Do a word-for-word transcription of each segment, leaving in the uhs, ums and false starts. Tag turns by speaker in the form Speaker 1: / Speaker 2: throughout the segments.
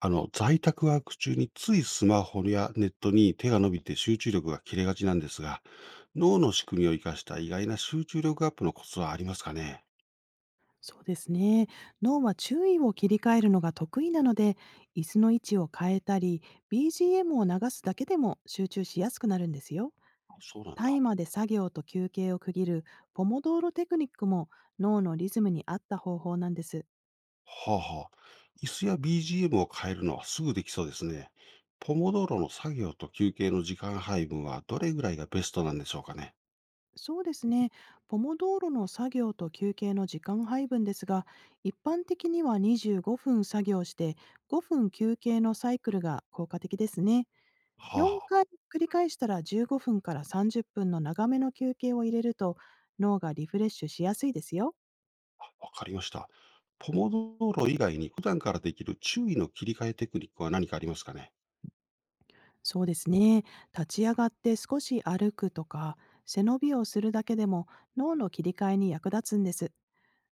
Speaker 1: あの、在宅ワーク中についスマホやネットに手が伸びて集中力が切れがちなんですが、脳の仕組みを生かした意外な集中力アップのコツはありますかね？
Speaker 2: そうですね。脳は注意を切り替えるのが得意なので、椅子の位置を変えたり、ビージーエム を流すだけでも集中しやすくなるんですよ。
Speaker 1: あ、そうなん
Speaker 2: タ
Speaker 1: だ。
Speaker 2: イマーで作業と休憩を区切るポモドーロテクニックも脳のリズムに合った方法なんです。
Speaker 1: はあはあ。椅子や ビージーエム を変えるのはすぐできそうですね。ポモドーロの作業と休憩の時間配分はどれぐらいがベストなんでしょうかね？
Speaker 2: そうですね。ポモドーロの作業と休憩の時間配分ですが、一般的にはにじゅうごふん作業してごふん休憩のサイクルが効果的ですね。
Speaker 1: はあ
Speaker 2: 4
Speaker 1: は。
Speaker 2: 回繰り返したらじゅうごふんからさんじゅっぷんの長めの休憩を入れると、脳がリフレッシュしやすいですよ。
Speaker 1: あ。わかりました。ポモドーロ以外に普段からできる注意の切り替えテクニックは何かありますかね？
Speaker 2: そうですね。立ち上がって少し歩くとか、背伸びをするだけでも脳の切り替えに役立つんです。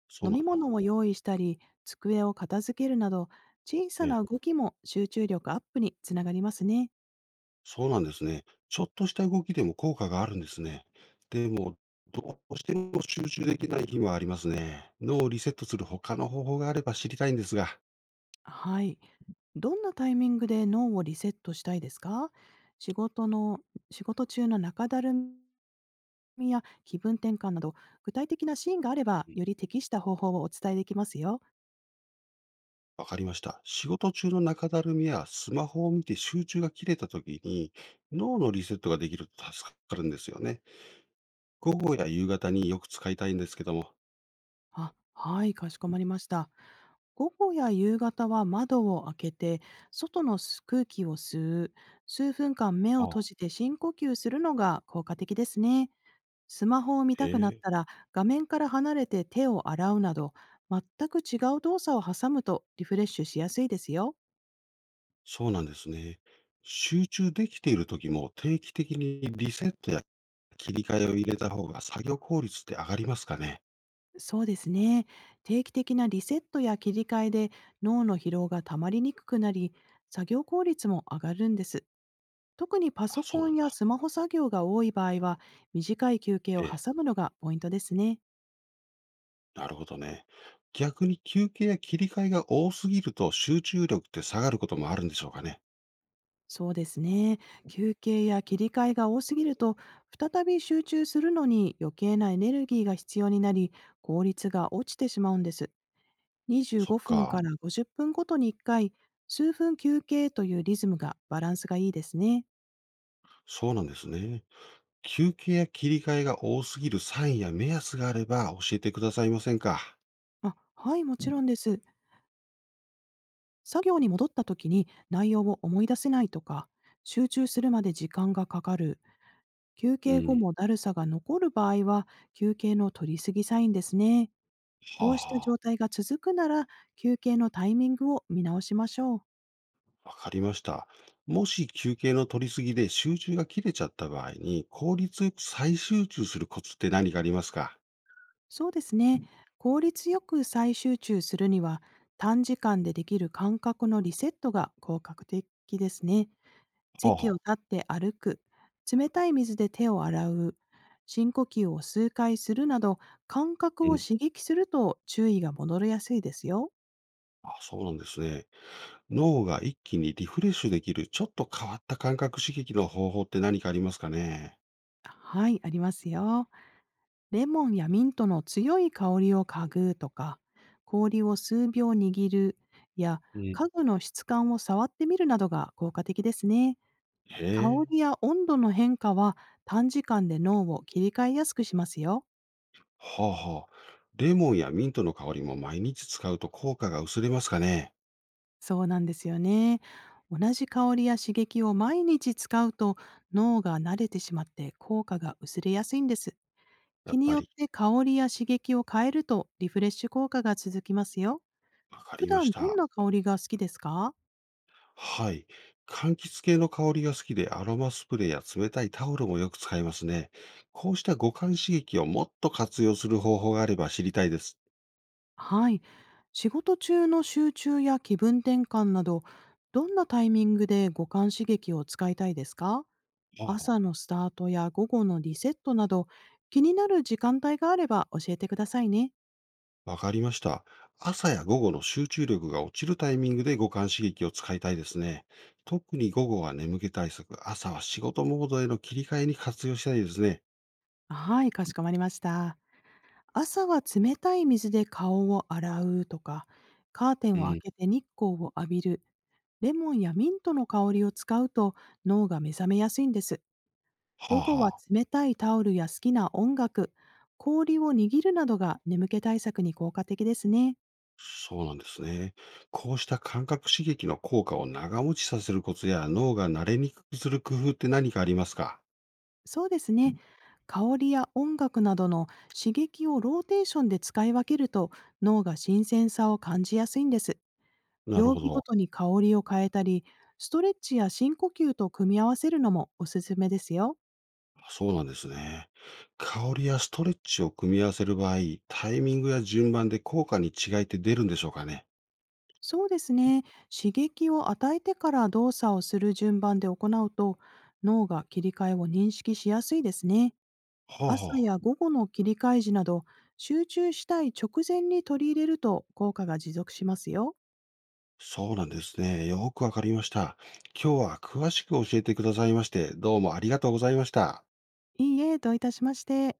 Speaker 1: そう
Speaker 2: 飲
Speaker 1: なん
Speaker 2: み
Speaker 1: だ。
Speaker 2: 物を用意したり、机を片付けるなど、小さ
Speaker 1: ええ、
Speaker 2: な動きも集中力アップにつながりますね。
Speaker 1: そうなんですね。ちょっとした動きでも効果があるんですね。でも、どうしても集中できない日もありますね。脳をリセットする他の方法があれば知りたいんですが。
Speaker 2: はい。どんなタイミングで脳をリセットしたいですか？仕事の、仕事中の中だるみみや気分転換など、具体的なシーンがあれば、より適した方法をお伝えできますよ。
Speaker 1: わかりました。仕事中の中だるみやスマホを見て集中が切れた時に脳のリセットができると助かるんですよね。午後や夕方によく使いたいんですけども。
Speaker 2: あ、はい、かしこまりました。午後や夕方は窓を開けて、外の空気を吸う、数分間目を
Speaker 1: ああ、
Speaker 2: 閉じて深呼吸するのが効果的ですね。スマホを見
Speaker 1: え
Speaker 2: たくなった
Speaker 1: え。
Speaker 2: ら、画面から離れて手を洗うなど、全く違う動作を挟むとリフレッシュしやすいですよ。
Speaker 1: そうなんですね。集中できている時も定期的にリセットや切り替えを入れた方が作業効率って上がりますかね？
Speaker 2: そうですね。定期的なリセットや切り替えで脳の疲労がたまりにくくなり、作業効率も上がるんです。特にパ
Speaker 1: あ、
Speaker 2: ソ
Speaker 1: そ
Speaker 2: コ
Speaker 1: うな
Speaker 2: ン
Speaker 1: ん
Speaker 2: や
Speaker 1: だ。
Speaker 2: スマホ作業が多い場合は、短い休憩を
Speaker 1: ええ、
Speaker 2: 挟むのがポイントですね。
Speaker 1: なるほどね。逆に休憩や切り替えが多すぎると集中力って下がることもあるんでしょうかね？
Speaker 2: そうですね。休憩や切り替えが多すぎると、再び集中するのに余計なエネルギーが必要になり、効率が落ちてしまうんです。25
Speaker 1: そっう
Speaker 2: 分
Speaker 1: か。
Speaker 2: か
Speaker 1: うん。
Speaker 2: らごじゅっぷんごとにいっかい、数分休憩というリズムがバランスがいいですね。
Speaker 1: そうなんですね。休憩や切り替えが多すぎるサインや目安があれば教えてくださいませんか？
Speaker 2: あ、はい、もちろんです。作業に戻った時に内容を思い出せないとか、集中するまで時間がかかる、休
Speaker 1: う
Speaker 2: 憩後
Speaker 1: ん。
Speaker 2: もだるさが残る場合は、休憩の取りすぎサインですね。
Speaker 1: は
Speaker 2: こ
Speaker 1: あ
Speaker 2: うした
Speaker 1: は
Speaker 2: 状
Speaker 1: あ。
Speaker 2: 態が続くなら、休憩のタイミングを見直しましょう。
Speaker 1: わかりました。もし休憩の取りすぎで集中が切れちゃった場合に、効率よく再集中するコツって何かありますか？
Speaker 2: そうですね。効率よく再集中するには、短時間でできる感覚のリセットが効果的ですね。
Speaker 1: はあは
Speaker 2: 席を
Speaker 1: あ。
Speaker 2: 立って歩く、冷たい水で手を洗う、深呼吸を数回するなど、感覚
Speaker 1: う
Speaker 2: を
Speaker 1: ん、
Speaker 2: 刺激すると注意が戻りやすいですよ。
Speaker 1: あ、あ、そうなんですね。脳が一気にリフレッシュできる、ちょっと変わった感覚刺激の方法って何かありますかね？
Speaker 2: はい、ありますよ。レモンやミントの強い香りを嗅ぐとか、氷を数秒握るや
Speaker 1: うん、
Speaker 2: 家具の質感を触ってみるなどが効果的ですね。
Speaker 1: へ
Speaker 2: 香
Speaker 1: え。
Speaker 2: りや温度の変化は短時間で脳を切り替えやすくしますよ。
Speaker 1: はあはあ。レモンやミントの香りも毎日使うと効果が薄れますかね？
Speaker 2: そうなんですよね。同じ香りや刺激を毎日使うと脳が慣れてしまって効果が薄れやすいんです。
Speaker 1: や
Speaker 2: 日
Speaker 1: っ
Speaker 2: に
Speaker 1: ぱ
Speaker 2: よっ
Speaker 1: り。
Speaker 2: て香りや刺激を変えるとリフレッシュ効果が続きますよ。
Speaker 1: わか
Speaker 2: 普
Speaker 1: りまし
Speaker 2: 段どん
Speaker 1: た。
Speaker 2: な香りが好きですか？
Speaker 1: はい。柑橘系の香りが好きで、アロマスプレーや冷たいタオルもよく使いますね。こうした五感刺激をもっと活用する方法があれば知りたいです。
Speaker 2: はい。仕事中の集中や気分転換など、どんなタイミングで五感刺激を使いたいですか？
Speaker 1: ああ、
Speaker 2: 朝のスタートや午後のリセットなど、気になる時間帯があれば教えてくださいね。
Speaker 1: わかりました。朝や午後の集中力が落ちるタイミングで五感刺激を使いたいですね。特に午後は眠気対策、朝は仕事モードへの切り替えに活用したいですね。
Speaker 2: はい、かしこまりました。朝は冷たい水で顔を洗うとか、カーテ
Speaker 1: う
Speaker 2: ンを開
Speaker 1: ん。
Speaker 2: けて日光を浴びる、レモンやミントの香りを使うと脳が目覚めやすいんです。
Speaker 1: はあ
Speaker 2: 午後は
Speaker 1: はあ。
Speaker 2: 冷たいタオルや好きな音楽、氷を握るなどが眠気対策に効果的ですね。
Speaker 1: そうなんですね。こうした感覚刺激の効果を長持ちさせるコツや脳が慣れにくくする工夫って何かありますか？
Speaker 2: そうですね。香りや音楽などの刺激をローテーションで使い分けると脳が新鮮さを感じやすいんです。
Speaker 1: なる
Speaker 2: 曜
Speaker 1: ほ
Speaker 2: 日ご
Speaker 1: ど。
Speaker 2: とに香りを変えたり、ストレッチや深呼吸と組み合わせるのもおすすめですよ。
Speaker 1: そうなんですね。香りやストレッチを組み合わせる場合、タイミングや順番で効果に違いって出るんでしょうかね。
Speaker 2: そうですね。刺激を与えてから動作をする順番で行うと、脳が切り替えを認識しやすいですね。
Speaker 1: ほうほ
Speaker 2: 朝や
Speaker 1: う。
Speaker 2: 午後の切り替え時など、集中したい直前に取り入れると効果が持続しますよ。
Speaker 1: そうなんですね。よくわかりました。今日は詳しく教えてくださいまして、どうもありがとうございました。
Speaker 2: いいえ、どういたしまして。